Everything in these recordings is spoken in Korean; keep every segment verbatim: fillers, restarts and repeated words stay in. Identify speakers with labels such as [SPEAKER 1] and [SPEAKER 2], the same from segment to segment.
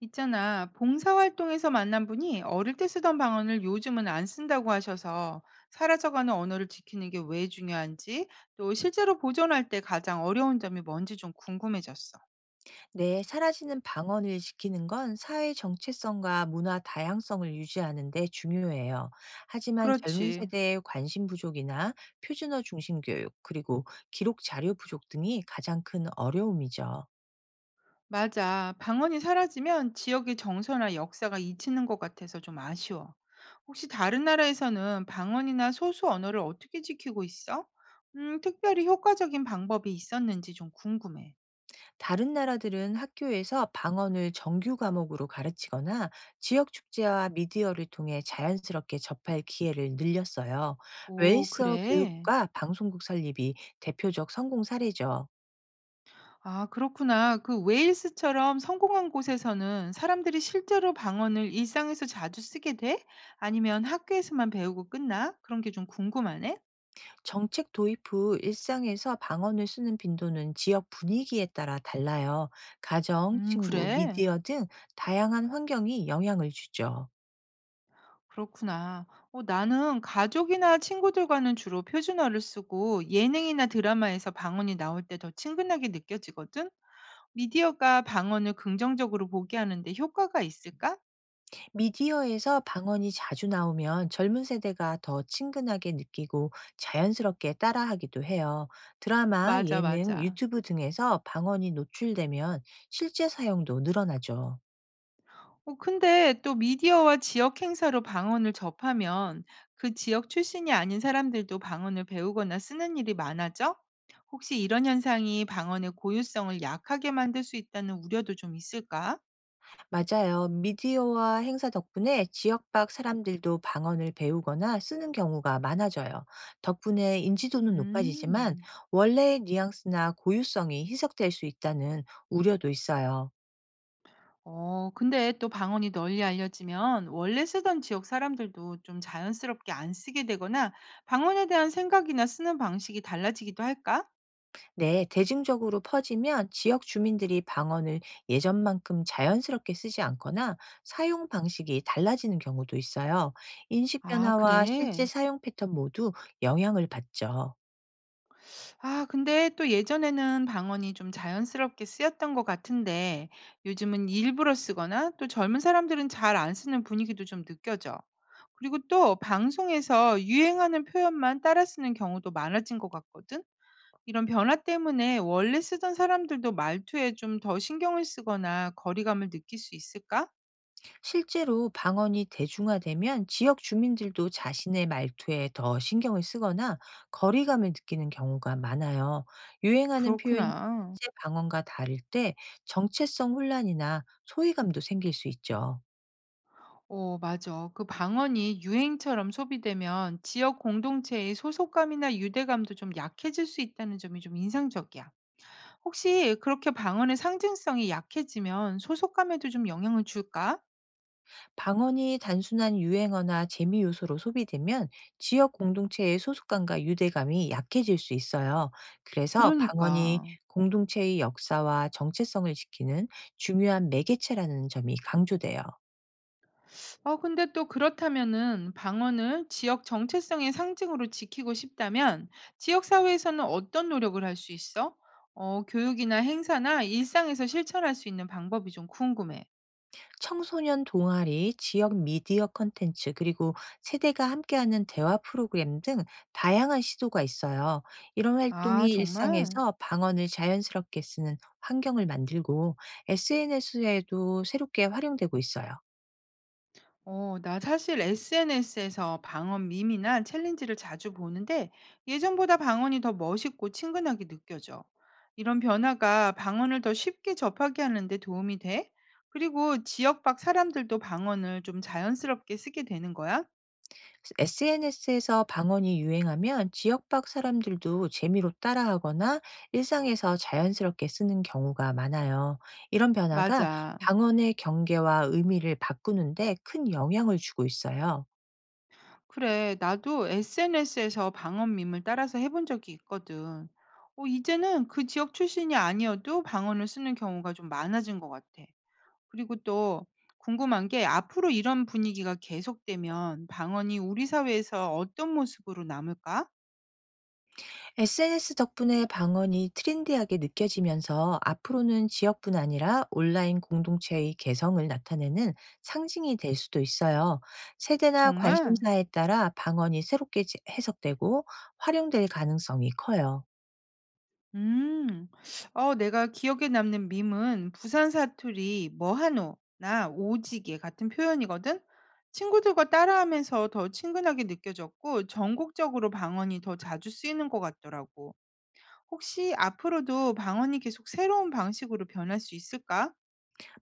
[SPEAKER 1] 있잖아, 봉사활동에서 만난 분이 어릴 때 쓰던 방언을 요즘은 안 쓴다고 하셔서 사라져가는 언어를 지키는 게 왜 중요한지, 또 실제로 보존할 때 가장 어려운 점이 뭔지 좀 궁금해졌어.
[SPEAKER 2] 네, 사라지는 방언을 지키는 건 사회 정체성과 문화 다양성을 유지하는 데 중요해요. 하지만 젊은
[SPEAKER 1] 그렇지.
[SPEAKER 2] 세대의 관심 부족이나 표준어 중심 교육, 그리고 기록 자료 부족 등이 가장 큰 어려움이죠.
[SPEAKER 1] 맞아. 방언이 사라지면 지역의 정서나 역사가 잊히는 것 같아서 좀 아쉬워. 혹시 다른 나라에서는 방언이나 소수 언어를 어떻게 지키고 있어? 음, 특별히 효과적인 방법이 있었는지 좀 궁금해.
[SPEAKER 2] 다른 나라들은 학교에서 방언을 정규 과목으로 가르치거나 지역 축제와 미디어를 통해 자연스럽게 접할 기회를 늘렸어요.
[SPEAKER 1] 오,
[SPEAKER 2] 웨이스
[SPEAKER 1] 그래.
[SPEAKER 2] 교육과 방송국 설립이 대표적 성공 사례죠.
[SPEAKER 1] 아, 그렇구나. 그 웨일스처럼 성공한 곳에서는 사람들이 실제로 방언을 일상에서 자주 쓰게 돼? 아니면 학교에서만 배우고 끝나? 그런 게 좀 궁금하네.
[SPEAKER 2] 정책 도입 후 일상에서 방언을 쓰는 빈도는 지역 분위기에 따라 달라요. 가정,
[SPEAKER 1] 음,
[SPEAKER 2] 친구,
[SPEAKER 1] 그래.
[SPEAKER 2] 미디어 등 다양한 환경이 영향을 주죠.
[SPEAKER 1] 그렇구나. 어, 나는 가족이나 친구들과는 주로 표준어를 쓰고 예능이나 드라마에서 방언이 나올 때 더 친근하게 느껴지거든. 미디어가 방언을 긍정적으로 보게 하는데 효과가 있을까?
[SPEAKER 2] 미디어에서 방언이 자주 나오면 젊은 세대가 더 친근하게 느끼고 자연스럽게 따라하기도 해요. 드라마,
[SPEAKER 1] 맞아,
[SPEAKER 2] 예능,
[SPEAKER 1] 맞아.
[SPEAKER 2] 유튜브 등에서 방언이 노출되면 실제 사용도 늘어나죠.
[SPEAKER 1] 어 근데 또 미디어와 지역 행사로 방언을 접하면 그 지역 출신이 아닌 사람들도 방언을 배우거나 쓰는 일이 많아져? 혹시 이런 현상이 방언의 고유성을 약하게 만들 수 있다는 우려도 좀 있을까?
[SPEAKER 2] 맞아요. 미디어와 행사 덕분에 지역 밖 사람들도 방언을 배우거나 쓰는 경우가 많아져요. 덕분에 인지도는 높아지지만
[SPEAKER 1] 음.
[SPEAKER 2] 원래의 뉘앙스나 고유성이 희석될 수 있다는 우려도 있어요.
[SPEAKER 1] 어, 근데 또 방언이 널리 알려지면 원래 쓰던 지역 사람들도 좀 자연스럽게 안 쓰게 되거나 방언에 대한 생각이나 쓰는 방식이 달라지기도 할까?
[SPEAKER 2] 네, 대중적으로 퍼지면 지역 주민들이 방언을 예전만큼 자연스럽게 쓰지 않거나 사용 방식이 달라지는 경우도 있어요. 인식
[SPEAKER 1] 아,
[SPEAKER 2] 변화와 실제
[SPEAKER 1] 그래.
[SPEAKER 2] 사용 패턴 모두 영향을 받죠.
[SPEAKER 1] 아 근데 또 예전에는 방언이 좀 자연스럽게 쓰였던 것 같은데 요즘은 일부러 쓰거나 또 젊은 사람들은 잘 안 쓰는 분위기도 좀 느껴져. 그리고 또 방송에서 유행하는 표현만 따라 쓰는 경우도 많아진 것 같거든. 이런 변화 때문에 원래 쓰던 사람들도 말투에 좀 더 신경을 쓰거나 거리감을 느낄 수 있을까?
[SPEAKER 2] 실제로 방언이 대중화되면 지역 주민들도 자신의 말투에 더 신경을 쓰거나 거리감을 느끼는 경우가 많아요. 유행하는 표현이
[SPEAKER 1] 그렇구나.
[SPEAKER 2] 실제 방언과 다를 때 정체성 혼란이나 소외감도 생길 수 있죠.
[SPEAKER 1] 어, 맞아. 그 방언이 유행처럼 소비되면 지역 공동체의 소속감이나 유대감도 좀 약해질 수 있다는 점이 좀 인상적이야. 혹시 그렇게 방언의 상징성이 약해지면 소속감에도 좀 영향을 줄까?
[SPEAKER 2] 방언이 단순한 유행어나 재미 요소로 소비되면 지역 공동체의 소속감과 유대감이 약해질 수 있어요. 그래서 방언이
[SPEAKER 1] 그러니까.
[SPEAKER 2] 공동체의 역사와 정체성을 지키는 중요한 매개체라는 점이 강조돼요.
[SPEAKER 1] 어, 근데 또 그렇다면은 방언을 지역 정체성의 상징으로 지키고 싶다면 지역 사회에서는 어떤 노력을 할 수 있어? 어, 교육이나 행사나 일상에서 실천할 수 있는 방법이 좀 궁금해.
[SPEAKER 2] 청소년 동아리, 지역 미디어 컨텐츠 그리고 세대가 함께하는 대화 프로그램 등 다양한 시도가 있어요. 이런
[SPEAKER 1] 아,
[SPEAKER 2] 활동이
[SPEAKER 1] 정말?
[SPEAKER 2] 일상에서 방언을 자연스럽게 쓰는 환경을 만들고 에스엔에스에도 새롭게 활용되고 있어요.
[SPEAKER 1] 어, 나 사실 에스엔에스에서 방언 밈이나 챌린지를 자주 보는데 예전보다 방언이 더 멋있고 친근하게 느껴져. 이런 변화가 방언을 더 쉽게 접하게 하는데 도움이 돼? 그리고 지역 밖 사람들도 방언을 좀 자연스럽게 쓰게 되는 거야?
[SPEAKER 2] 에스엔에스에서 방언이 유행하면 지역 밖 사람들도 재미로 따라하거나 일상에서 자연스럽게 쓰는 경우가 많아요. 이런 변화가
[SPEAKER 1] 맞아.
[SPEAKER 2] 방언의 경계와 의미를 바꾸는데 큰 영향을 주고 있어요.
[SPEAKER 1] 그래, 나도 에스엔에스에서 방언 밈을 따라서 해본 적이 있거든. 어, 이제는 그 지역 출신이 아니어도 방언을 쓰는 경우가 좀 많아진 것 같아. 그리고 또 궁금한 게 앞으로 이런 분위기가 계속되면 방언이 우리 사회에서 어떤 모습으로 남을까?
[SPEAKER 2] 에스엔에스 덕분에 방언이 트렌디하게 느껴지면서 앞으로는 지역뿐 아니라 온라인 공동체의 개성을 나타내는 상징이 될 수도 있어요. 세대나
[SPEAKER 1] 정말?
[SPEAKER 2] 관심사에 따라 방언이 새롭게 지- 해석되고 활용될 가능성이 커요.
[SPEAKER 1] 음. 어, 내가 기억에 남는 밈은 부산 사투리 뭐하노나 오지게 같은 표현이거든. 친구들과 따라하면서 더 친근하게 느껴졌고 전국적으로 방언이 더 자주 쓰이는 것 같더라고. 혹시 앞으로도 방언이 계속 새로운 방식으로 변할 수 있을까?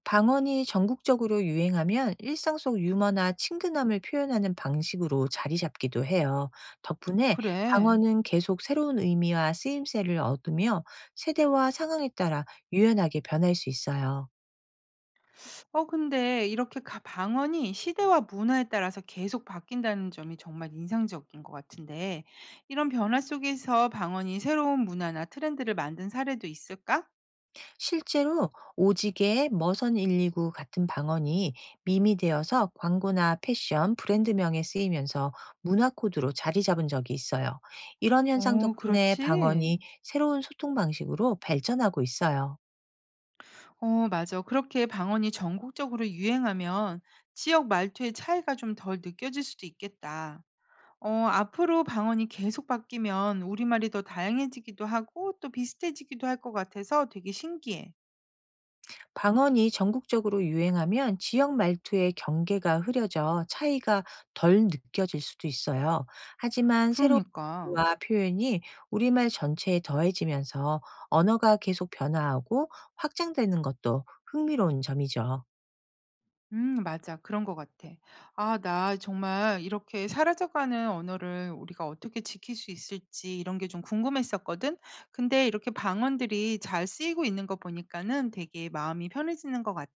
[SPEAKER 2] 방언이 전국적으로 유행하면 일상 속 유머나 친근함을 표현하는 방식으로 자리 잡기도 해요. 덕분에
[SPEAKER 1] 그래.
[SPEAKER 2] 방언은 계속 새로운 의미와 쓰임새를 얻으며 세대와 상황에 따라 유연하게 변할 수 있어요.
[SPEAKER 1] 어 근데 이렇게 가 방언이 시대와 문화에 따라서 계속 바뀐다는 점이 정말 인상적인 것 같은데 이런 변화 속에서 방언이 새로운 문화나 트렌드를 만든 사례도 있을까?
[SPEAKER 2] 실제로 오지게, 머선일일구 같은 방언이 밈이 되어서 광고나 패션, 브랜드명에 쓰이면서 문화 코드로 자리 잡은 적이 있어요. 이런 현상
[SPEAKER 1] 어
[SPEAKER 2] 덕분에
[SPEAKER 1] 그렇지.
[SPEAKER 2] 방언이 새로운 소통 방식으로 발전하고 있어요.
[SPEAKER 1] 어 맞아. 그렇게 방언이 전국적으로 유행하면 지역 말투의 차이가 좀 덜 느껴질 수도 있겠다. 어 앞으로 방언이 계속 바뀌면 우리말이 더 다양해지기도 하고 또 비슷해지기도 할 것 같아서 되게 신기해.
[SPEAKER 2] 방언이 전국적으로 유행하면 지역 말투의 경계가 흐려져 차이가 덜 느껴질 수도 있어요. 하지만 새로운
[SPEAKER 1] 그러니까.
[SPEAKER 2] 의미와 표현이 우리말 전체에 더해지면서 언어가 계속 변화하고 확장되는 것도 흥미로운 점이죠.
[SPEAKER 1] 음 맞아. 그런 것 같아. 아 나 정말 이렇게 사라져가는 언어를 우리가 어떻게 지킬 수 있을지 이런 게 좀 궁금했었거든. 근데 이렇게 방언들이 잘 쓰이고 있는 거 보니까는 되게 마음이 편해지는 것 같아.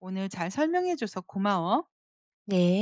[SPEAKER 1] 오늘 잘 설명해 줘서 고마워.
[SPEAKER 2] 네.